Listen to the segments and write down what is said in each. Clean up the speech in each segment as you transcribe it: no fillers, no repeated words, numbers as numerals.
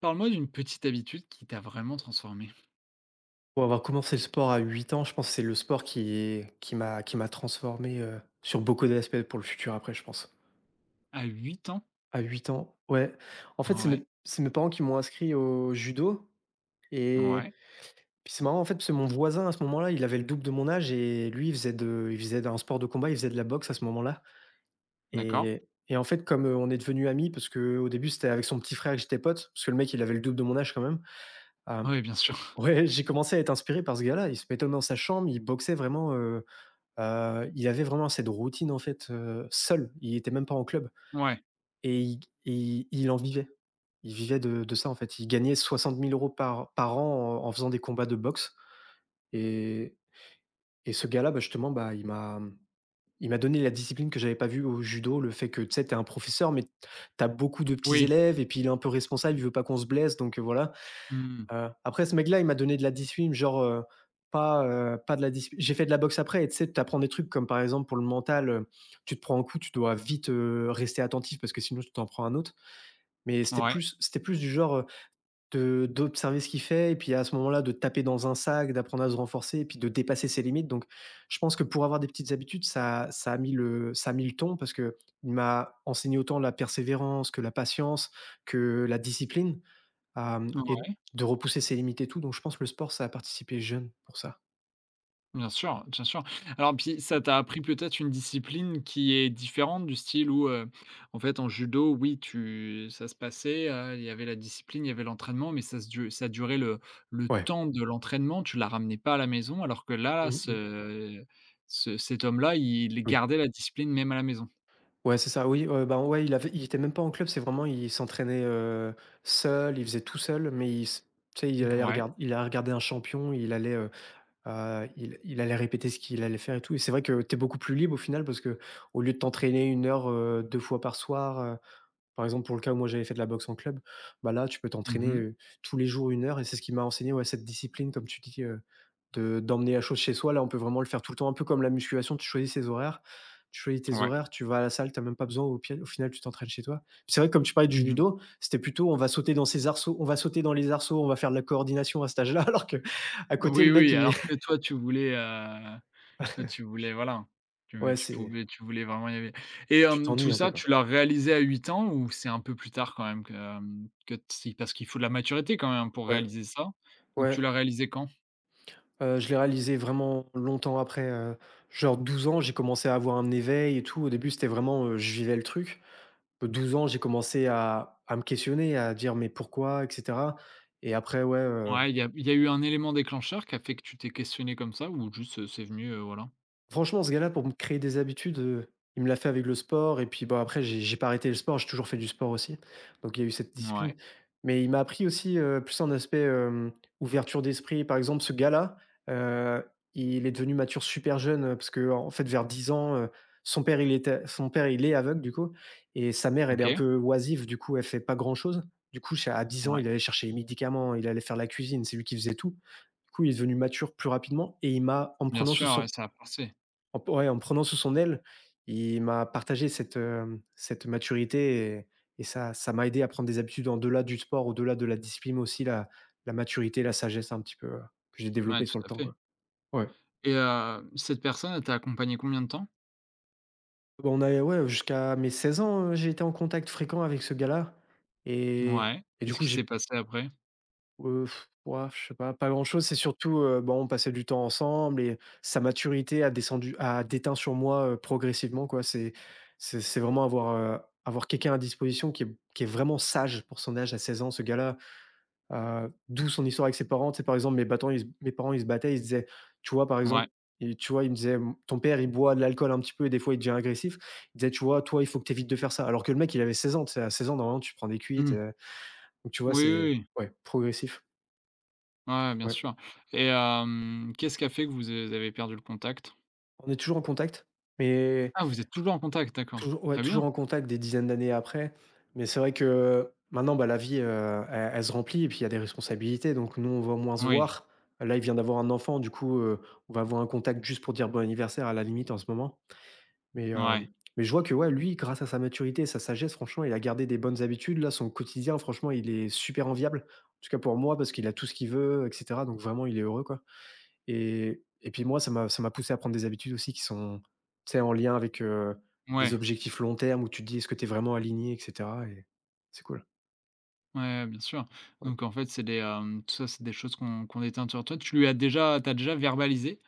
Parle-moi d'une petite habitude qui t'a vraiment transformé. Pour avoir commencé le sport à 8 ans, je pense que c'est le sport qui m'a transformé, sur beaucoup d'aspects pour le futur après, je pense. À 8 ans? À 8 ans, ouais. En fait, c'est mes Ouais, c'est mes parents qui m'ont inscrit au judo et ouais, puis c'est marrant, en fait, parce que mon voisin à ce moment-là, il avait le double de mon âge et lui, il faisait d'un sport de combat, il faisait de la boxe à ce moment-là d'accord. et en fait, comme, on est devenus amis parce que au début, c'était avec son petit frère que j'étais pote, parce que le mec, il avait le double de mon âge quand même. Hem, Oui, bien sûr. ouais, j'ai commencé à être inspiré par ce gars-là. Il se mettait dans sa chambre, il boxait vraiment. Il avait vraiment cette routine en fait, seul. Il était même pas en club Ouais, et il en vivait. Il vivait de ça en fait. Il gagnait 60 000 euros par an en faisant des combats de boxe et ce gars-là, bah, justement, bah, il m'a donné la discipline que j'avais pas vue au judo, le fait que, tu sais, t'es un professeur, mais t'as beaucoup de petits oui. élèves et puis il est un peu responsable, il veut pas qu'on se blesse donc voilà. Mmh. Après ce mec-là, il m'a donné de la discipline, genre, pas de la discipline. J'ai fait de la boxe après et tu sais, tu apprends des trucs comme par exemple, pour le mental, tu te prends un coup, tu dois vite, rester attentif parce que sinon tu t'en prends un autre. Mais Ouais, c'était plus du genre, de d'observer ce qu'il fait et puis à ce moment-là, de taper dans un sac, d'apprendre à se renforcer et puis de dépasser ses limites. Donc je pense que pour avoir des petites habitudes, ça ça a mis le ça a mis le ton parce que il m'a enseigné autant la persévérance que la patience, que la discipline. Hem ouais, et de repousser ses limites et tout, donc je pense que le sport, ça a participé jeune pour ça. bien sûr, bien sûr. Alors puis ça Ouais. t'a appris peut-être une discipline qui est différente du style où, en fait en judo, oui tu ça se passait, il y avait la discipline, il y avait l'entraînement, mais ça se du ça durait le Ouais. temps de l'entraînement, tu la ramenais pas à la maison alors que là, Mmh mh. Ce cet homme-là, il Oui. gardait la discipline même à la maison. Ouais, c'est ça, oui, bah, ouais, il était même pas en club, c'est vraiment il s'entraînait, seul, il faisait tout seul, mais il s tu sais, il allait Ouais. regarder. Il allait regarder un champion, il allait, il allait répéter ce qu'il allait faire et tout et c'est vrai que tu es beaucoup plus libre au final parce que au lieu de t'entraîner 1 heure, 2 fois par soir. Par exemple, pour le cas où moi j'avais fait de la boxe en club, bah là, tu peux t'entraîner, Mmh. Tous les jours 1 heure et c'est ce qui m'a enseigné, ouais, cette discipline, comme tu dis, de d'emmener la chose chez soi. Là, on peut vraiment le faire tout le temps, un peu comme la musculation, tu choisis ses horaires. Tu choisis tes Ouais. horaires, tu vas à la salle, tu as même pas besoin au final, tu t'entraînes chez toi. Puis c'est vrai que comme tu parlais du Mmh. judo, c'était plutôt on va sauter dans les arceaux, on va faire de la coordination à cet âge-là, alors que à côté, Oui, le mec, oui, il alors que toi tu voulais voilà, tu ouais, tu c'est pouvais tu voulais vraiment y aller et tu hem, t'ennuies tout un peu, ça quoi. tu l'as réalisé à 8 ans ou c'est un peu plus tard quand même que, hem, que si parce qu'il faut de la maturité quand même pour Ouais, réaliser ça, donc tu ouais. l'as réalisé quand? Je l'ai réalisé vraiment longtemps après, genre 12 ans, j'ai commencé à avoir un éveil et tout. Au début, c'était vraiment, je vivais le truc. 12 ans, j'ai commencé à me questionner, à dire: «Mais pourquoi?» et cetera et après, ouais, euh, Ouais, il y a eu un élément déclencheur qui a fait que tu t'es questionné comme ça ou juste, c'est venu, voilà? franchement, ce gars-là, pour me créer des habitudes, il me l'a fait avec le sport et puis, bon après j'ai pas arrêté le sport, j'ai toujours fait du sport aussi. Donc il y a eu cette discipline. Ouais, Mais il m'a appris aussi, plus un aspect, ouverture d'esprit. Par exemple, ce gars-là, heu, il est devenu mature super jeune, parce que, en fait, vers 10 ans, son père, il est aveugle du coup et sa mère, elle est un OK, peu oisive, du coup, elle fait pas grand-chose. Du coup, à 10 ans, ouais, il allait chercher les médicaments, il allait faire la cuisine, c'est lui qui faisait tout. Du coup, il est devenu mature plus rapidement et il m'a en me bien prenant sous sûr, ouais, son ça a forcé. en ouais, en me prenant sous son aile, il m'a partagé cette maturité et ça m'a aidé à prendre des habitudes en delà du sport, au-delà de la discipline aussi, la maturité, la sagesse un petit peu, que j'ai Ouais, développée tout sur le à temps, fait quoi. Ouais. et cette personne elle t'a accompagné combien de temps? Bon on a ouais, jusqu'à mes 16 ans, j'ai été en contact fréquent avec ce gars-là et Ouais, et du qu'est-ce coup, qui s'est j'ai passé après? Heu, je sais pas, pas grand-chose. C'est surtout, bon, on passait du temps ensemble et sa maturité a déteint sur moi, progressivement, quoi. C'est vraiment avoir, quelqu'un à disposition qui est vraiment sage pour son âge à 16 ans, ce gars-là, d'où son histoire avec ses parents. C'est par exemple, mes parents, ils se battaient, ils se disaient, tu vois, par Ouais. exemple, et tu vois, ils me disaient: «Ton père, il boit de l'alcool un petit peu et des fois, il devient agressif». Il disait: «Tu vois, toi, il faut que tu évites de faire ça». Alors que le mec, il avait 16 ans, tu sais, à 16 ans, normalement, tu prends des cuites, Mmh. Donc tu vois, Oui, oui, c'est oui. ouais, progressif. Ouais, bien Ouais. sûr et hem, qu'est-ce qui a fait que vous a avez perdu le contact? On est toujours en contact, mais Ah, vous êtes toujours en contact, d'accord. toujours ouais, Très toujours bien. en contact des dizaines d'années après. Mais c'est vrai que maintenant, bah, la vie, elle se remplit et puis il y a des responsabilités, donc nous, on va moins se Oui, voir. Là, il vient d'avoir un enfant, du coup, on va avoir un contact juste pour dire bon anniversaire à la limite en ce moment. Mais, hem, ouais, mais je vois que ouais, lui, grâce à sa maturité et sa sagesse, franchement, il a gardé des bonnes habitudes. Là, son quotidien, franchement, il est super enviable. En tout cas pour moi, parce qu'il a tout ce qu'il veut et cetera, donc vraiment, il est heureux, quoi. Et puis moi, ça m'a poussé à prendre des habitudes aussi qui sont, tu sais, en lien avec, des ouais, objectifs long terme où tu te dis: «Est-ce que tu es vraiment aligné?» et cetera et c'est cool. ouais, bien sûr. Ouais. Donc en fait, c'est des, hem, tout ça, c'est des choses qu'on déteint sur toi. Tu as déjà verbalisé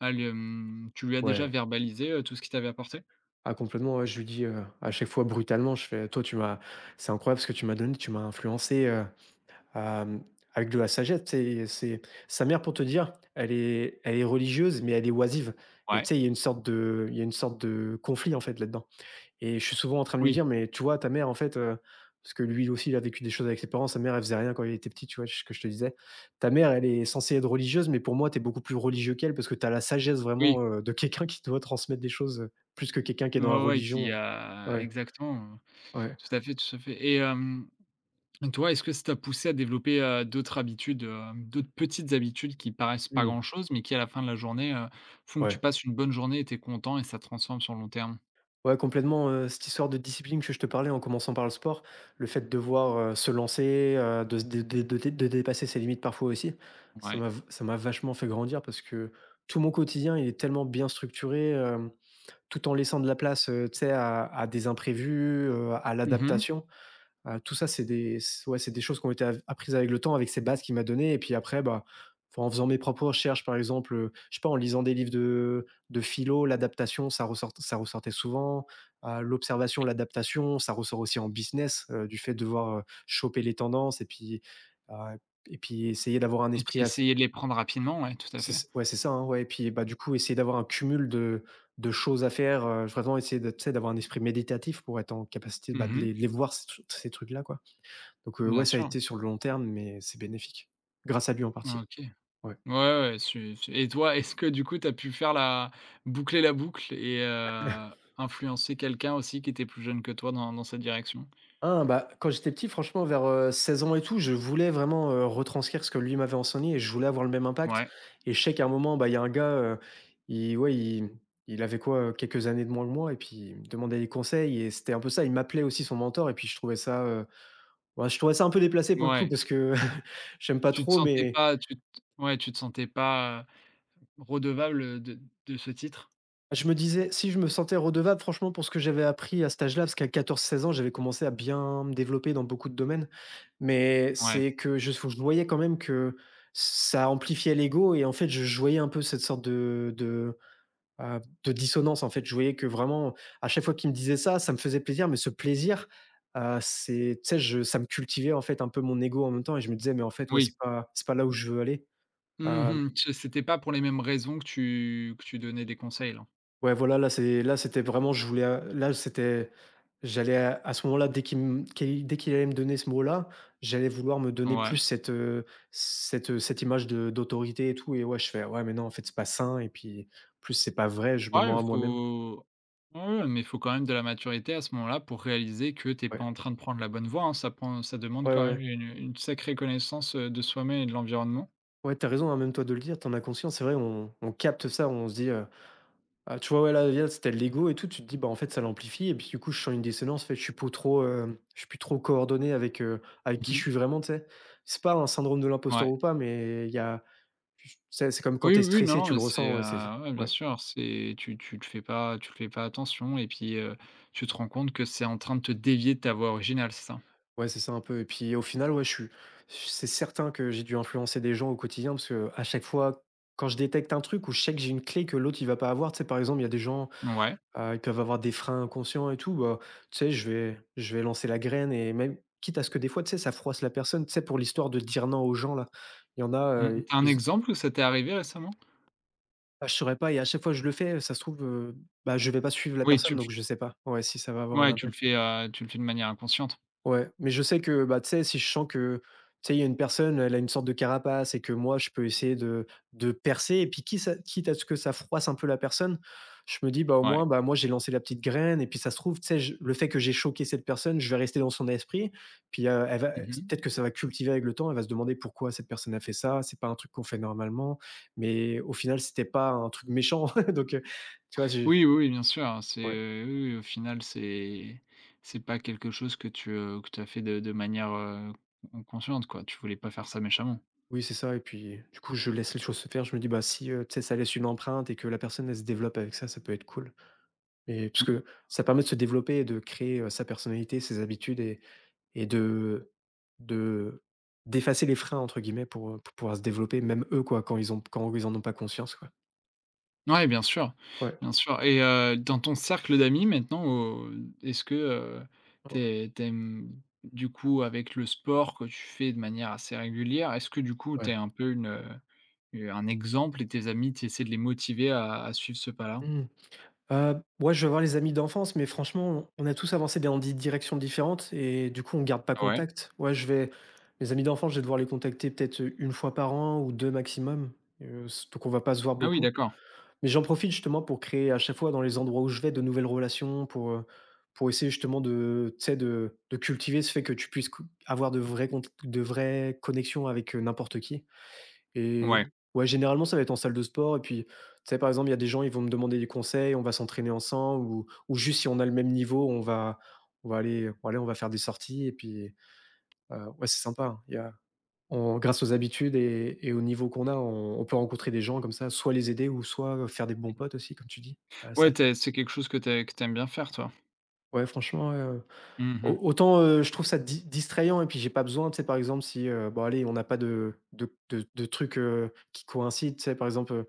tu lui as déjà Ouais. verbalisé, tout ce qu'il t'avait apporté? Ah complètement, ouais, je lui dis, à chaque fois brutalement, je fais: «Toi, tu m'as c'est incroyable ce que tu m'as donné, tu m'as influencé, à, avec de la sagesse». Tu sais, c'est sa mère pour te dire, elle est religieuse, mais elle est oisive et tu Ouais. sais, il y a une sorte de conflit en fait là-dedans. Et je suis souvent en train de lui Oui, dire: «Mais tu vois, ta mère, en fait,» parce que lui aussi, il a vécu des choses avec ses parents. Sa mère, elle faisait rien quand il était petit, tu vois? Ce que je te disais. «Ta mère, elle est censée être religieuse, mais pour moi, t'es beaucoup plus religieux qu'elle parce que t'as la sagesse oui. vraiment, de quelqu'un qui doit transmettre des choses, plus que quelqu'un qui est dans la Ouais, ouais, qui religion». a Ouais, exactement, ouais. Tout à fait et hem. Et toi, est-ce que ça t'a poussé à développer, d'autres habitudes, d'autres petites habitudes qui paraissent pas Mmh. grand-chose, mais qui à la fin de la journée, font que tu Ouais. passes une bonne journée et tu content et ça te transforme sur le long terme? Ouais, complètement, cette histoire de discipline que je te parlais en commençant par le sport, le fait de devoir, se lancer, de se dé dé de dépasser ses limites parfois aussi, Ouais. Ça m'a vachement fait grandir parce que tout mon quotidien, il est tellement bien structuré, tout en laissant de la place, tu sais, à des imprévus, à Mmh. l'adaptation. Tout ça, c'est des c ouais, c'est des choses qui ont été av apprises avec le temps, avec ces bases qu'il m'a données et puis après, bah, enfin, en faisant mes propres recherches, par exemple, je sais pas, en lisant des livres de philo, l'adaptation, ça ressortait souvent, l'observation, l'adaptation, ça ressort aussi en business, du fait de devoir, choper les tendances heu et puis essayer d'avoir un Et puis esprit as essayer de les prendre rapidement, ouais, tout à fait. c'est ouais, c'est ça, hein, ouais et puis, bah, du coup, essayer d'avoir un cumul de choses à faire, vraiment essayer de tu sais, d'avoir un esprit méditatif pour être en capacité, bah, de Mmh. les voir ces trucs-là, quoi. Donc, Bien ouais, ça a sûr. été sur le long terme, mais c'est bénéfique. Grâce à lui en partie, OK. Ouais, ouais. ouais, ouais, su su et toi, est-ce que du coup, tu as pu faire la boucler la boucle et influencer quelqu'un aussi qui était plus jeune que toi dans cette direction? Ah, bah, quand j'étais petit, franchement, vers, 16 ans et tout, je voulais vraiment, retranscrire ce que lui m'avait enseigné et je voulais avoir le même impact. Ouais, Et je sais qu'à un moment, bah, il y a un gars, il, ouais, il avait quoi, quelques années de moins que moi, et puis il me demandait des conseils et c'était un peu ça. Il m'appelait aussi son mentor et puis je trouvais ça un peu déplacé pour le coup ouais. parce que j'aime pas Tu te trop, sentais mais. pas tu t ouais, tu te sentais pas, redevable de ce titre? Je me disais, si je me sentais redevable franchement pour ce que j'avais appris à cet âge-là, parce qu'à 14, 16 ans, j'avais commencé à bien me développer dans beaucoup de domaines, mais Ouais, c'est que je voyais quand même que ça amplifiait l'ego. Et en fait, je voyais un peu cette sorte de dissonance, en fait. Je voyais que vraiment, à chaque fois qu'il me disait ça, ça me faisait plaisir, mais ce plaisir, c'est tu sais, je ça me cultivait, en fait, un peu mon ego en même temps, et je me disais: «Mais en fait, ouais, oui. c'est pas là où je veux aller». Heu, Mmh. Ce C'était pas pour les mêmes raisons que tu donnais des conseils, là? ouais, voilà, là, c'est là, c'était vraiment je voulais, là, c'était. J'allais à ce moment-là, dès qu'il allait me donner ce mot-là, j'allais vouloir me donner plus Ouais. cette image de d'autorité et tout, et ouais, je fais: «Ouais, mais non, en fait, c'est pas sain, et puis, plus c'est pas vrai, je me Ouais, il mens à moi-même». faut ouais, ouais, mais il faut quand même de la maturité à ce moment-là pour réaliser que t'es pas Ouais. en train de prendre la bonne voie, hein. Ça demande Ouais, ouais, quand même ouais. Une sacrée connaissance, de soi-même et de l'environnement. Ouais, tu raison, hein, même toi de le dire, t'en as conscience. C'est vrai, on capte ça, on se dit: «Ah», tu vois, ouais, là, hier, c'était l'ego et tout, tu te dis: «Bah, en fait, ça l'amplifie», et puis, du coup, je sens une dissonance, fait, je suis plus trop, hem, je suis plus trop coordonné avec, avec qui je Mmh. suis vraiment, tu sais? C'est pas un syndrome de l'imposteur Ouais. ou pas, mais il y a. J c'est comme quand Oui, t'es oui, oui, non, stressé, non, tu mais le c'est, ressens, ouais, c'est ouais, bien ouais, sûr, c'est tu te fais pas attention et puis, tu te rends compte que c'est en train de te dévier de ta voie originale, c'est ça? ouais, c'est ça un peu, et puis au final, ouais, je suis c'est certain que j'ai dû influencer des gens au quotidien, parce que à chaque fois, quand je détecte un truc ou je sais que j'ai une clé que l'autre il va pas avoir, tu sais, par exemple, il y a des gens, Ouais. Ils peuvent avoir des freins inconscients et tout, bah, tu sais, je vais lancer la graine, et même quitte à ce que des fois, tu sais, ça froisse la personne, tu sais, pour l'histoire de dire «non» aux gens là. Il y en a, Mmh, tu as un exemple où ça t'est arrivé récemment? Je saurais pas, et à chaque fois je le fais, ça se trouve, bah, je vais pas suivre la Oui, tu personne, le f donc je sais pas, ouais, si ça va avoir un ouais, impact. Tu le fais de manière inconsciente. Ouais, mais je sais que, bah, tu sais, si je sens que, tu sais, il y a une personne, elle a une sorte de carapace et que moi, je peux essayer de percer, et puis quitte à, quitte à ce que ça froisse un peu la personne, je me dis, bah, au Ouais. moins, bah, moi, j'ai lancé la petite graine, et puis ça se trouve, tu sais, le fait que j'ai choqué cette personne, je vais rester dans son esprit, puis elle va, Mmh mh. peut-être que ça va cultiver avec le temps, elle va se demander pourquoi cette personne a fait ça, c'est pas un truc qu'on fait normalement, mais au final, c'était pas un truc méchant, donc, tu vois, j'ai. Oui, oui, oui, bien sûr, hein, c'est, Ouais. Oui, oui, au final, c'est pas quelque chose que tu as fait de manière, con consciente, quoi. Tu voulais pas faire ça méchamment. Oui, c'est ça, et puis, du coup, je laisse les choses se faire. Je me dis: «Bah, si, tu sais, ça laisse une empreinte et que la personne, elle se développe avec ça, ça peut être cool», et parce Mmh. que ça permet de se développer et de créer, sa personnalité, ses habitudes, et de «d'effacer les freins» entre guillemets pour pouvoir se développer, même eux, quoi, quand ils en ont pas conscience, quoi. Ouais, Ouais. bien sûr et dans ton cercle d'amis maintenant, au est-ce que, tu es tu aimes du coup, avec le sport que tu fais de manière assez régulière, est-ce que du coup, tu Ouais. es un peu une, heu. Un exemple et tes amis, tu essaies de les motiver à suivre ce pas-là? Mmh. Ouais, je vais voir les amis d'enfance, mais franchement, on a tous avancé dans des directions différentes, et du coup, on garde pas Ouais. contact. Ouais, je vais mes amis d'enfance, je vais devoir les contacter peut-être, une fois par an ou 2 maximum, s donc on va pas se voir Ah oui, beaucoup. d'accord. Mais j'en profite justement pour créer à chaque fois dans les endroits où je vais de nouvelles relations pour essayer justement de tu sais, de cultiver ce fait que tu puisses co avoir de vraies cont de vraies connexions avec, n'importe qui. Et Ouais. ouais, généralement, ça va être en salle de sport, et puis, tu sais, par exemple, il y a des gens, ils vont me demander des conseils, on va s'entraîner ensemble, ou juste si on a le même niveau, on va aller voilà, on va faire des sorties, et puis, ouais, c'est sympa, hein. Il y a on Grâce aux habitudes et au niveau qu'on a, on peut rencontrer des gens comme ça, soit les aider, ou soit faire des bons potes aussi comme tu dis, à la Ouais, salle. tu c'est quelque chose que tu aimes bien faire, toi? Ouais, franchement, au Mmh. autant, je trouve ça di distrayant, et puis j'ai pas besoin, tu sais, par exemple, si, bon allez, on n'a pas de trucs, qui coïncident, tu sais, par exemple,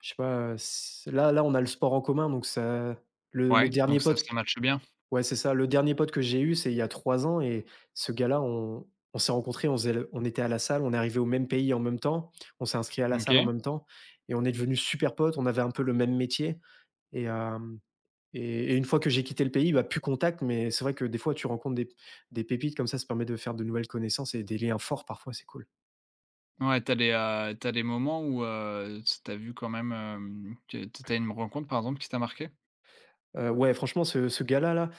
je sais pas, s là là, on a le sport en commun, donc ça le Ouais, dernier donc ça, pote. ça matche bien. Ouais, c'est ça, le dernier pote que j'ai eu, c'est il y a 3 ans. Et ce gars-là, on s'est rencontrés, on faisait le on était à la salle, on est arrivé au même pays en même temps, on s'est inscrit à la salle en OK. même temps, et on est devenus super potes, on avait un peu le même métier, et hem et une fois que j'ai quitté le pays, bah, plus contact, mais c'est vrai que des fois, tu rencontres des pépites comme ça permet de faire de nouvelles connaissances et des liens forts parfois, c'est cool. Ouais, t'as des, tu des moments où, tu as vu quand même, hem, que tu tu Ouais. une rencontre, par exemple, qui t'a marqué. Ouais, franchement, ce gars-là, là.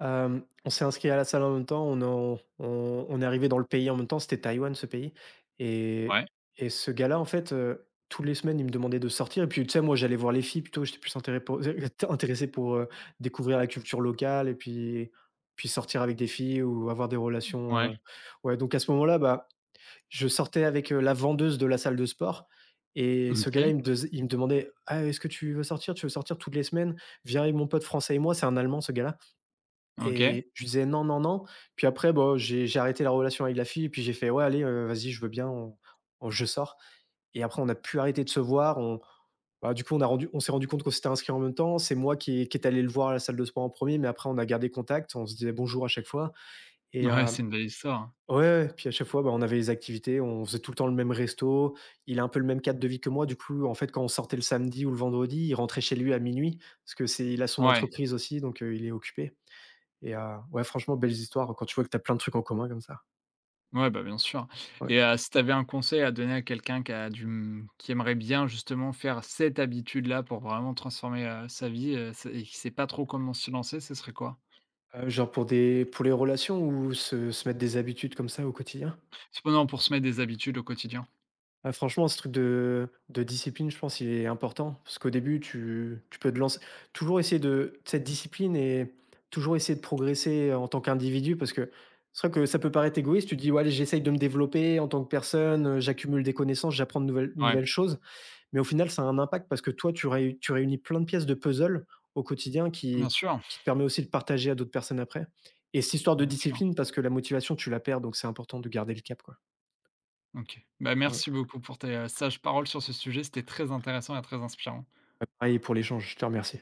On s'est inscrit à la salle en même temps, on en on on est arrivé dans le pays en même temps, c'était Taïwan ce pays. Et Ouais, ce gars-là, en fait, tous les semaines, il me demandait de sortir, et puis tu sais, moi, j'allais voir les filles plutôt, j'étais plus intéré pour intéressé pour, découvrir la culture locale, et puis sortir avec des filles ou avoir des relations, ouais. heu Ouais, donc à ce moment-là, bah, je sortais avec, la vendeuse de la salle de sport, et ce gars-là, OK, il me demandait: «Ah, est-ce que tu veux sortir? Tu veux sortir toutes les semaines? Viens avec mon pote français et moi», c'est un Allemand ce gars-là, OK. et je lui disais: «Non, non, non». Puis après, bon, j'ai arrêté la relation avec la fille et puis j'ai fait: «Ouais, allez, vas-y, je veux bien, on je sors», et après on a plus arrêté de se voir. On Bah, du coup, on s'est rendu compte qu'on s'était inscrit en même temps. C'est moi qui est allé le voir à la salle de sport en premier. Mais après on a gardé contact. On se disait bonjour à chaque fois, et Ouais, c'est une belle histoire. Hein. ouais, ouais, ouais. Puis à chaque fois, bah, on avait les activités, on faisait tout le temps le même resto. Il a un peu le même cadre de vie que moi. Du coup, en fait, quand on sortait le samedi ou le vendredi, il rentrait chez lui à minuit, parce que c'est il a son Ouais. entreprise aussi, donc il est occupé. Et ouais, franchement, belles histoires quand tu vois que tu as plein de trucs en commun comme ça. Ouais, bah, bien sûr Ouais. et si tu avais un conseil à donner à quelqu'un qui a du mmh, qui aimerait bien justement faire cette habitude-là pour vraiment transformer, sa vie, c'est et qui sait pas trop comment se lancer, ce serait quoi? Genre pour les relations, ou se mettre des habitudes comme ça au quotidien? C'est pour se mettre des habitudes au quotidien. Ah, franchement, ce truc de discipline, je pense, il est important, parce qu'au début, tu peux te lancer toujours essayer de cette discipline, et toujours essayer de progresser en tant qu'individu, parce que c'est vrai que ça peut paraître égoïste, tu te dis: «Ouais, allez, j'essaye de me développer en tant que personne, j'accumule des connaissances, j'apprends de Ouais, nouvelles choses». Mais au final, ça a un impact parce que toi, tu réunis plein de pièces de puzzle au quotidien qui bien qui sûr, qui te permet aussi de partager à d'autres personnes après, et cette histoire de bien sûr. discipline, parce que la motivation, tu la perds, donc c'est important de garder le cap, quoi. OK. Bah, Ouais. merci beaucoup pour tes, sages paroles sur ce sujet, c'était très intéressant et très inspirant. Pareil pour l'échange, je te remercie.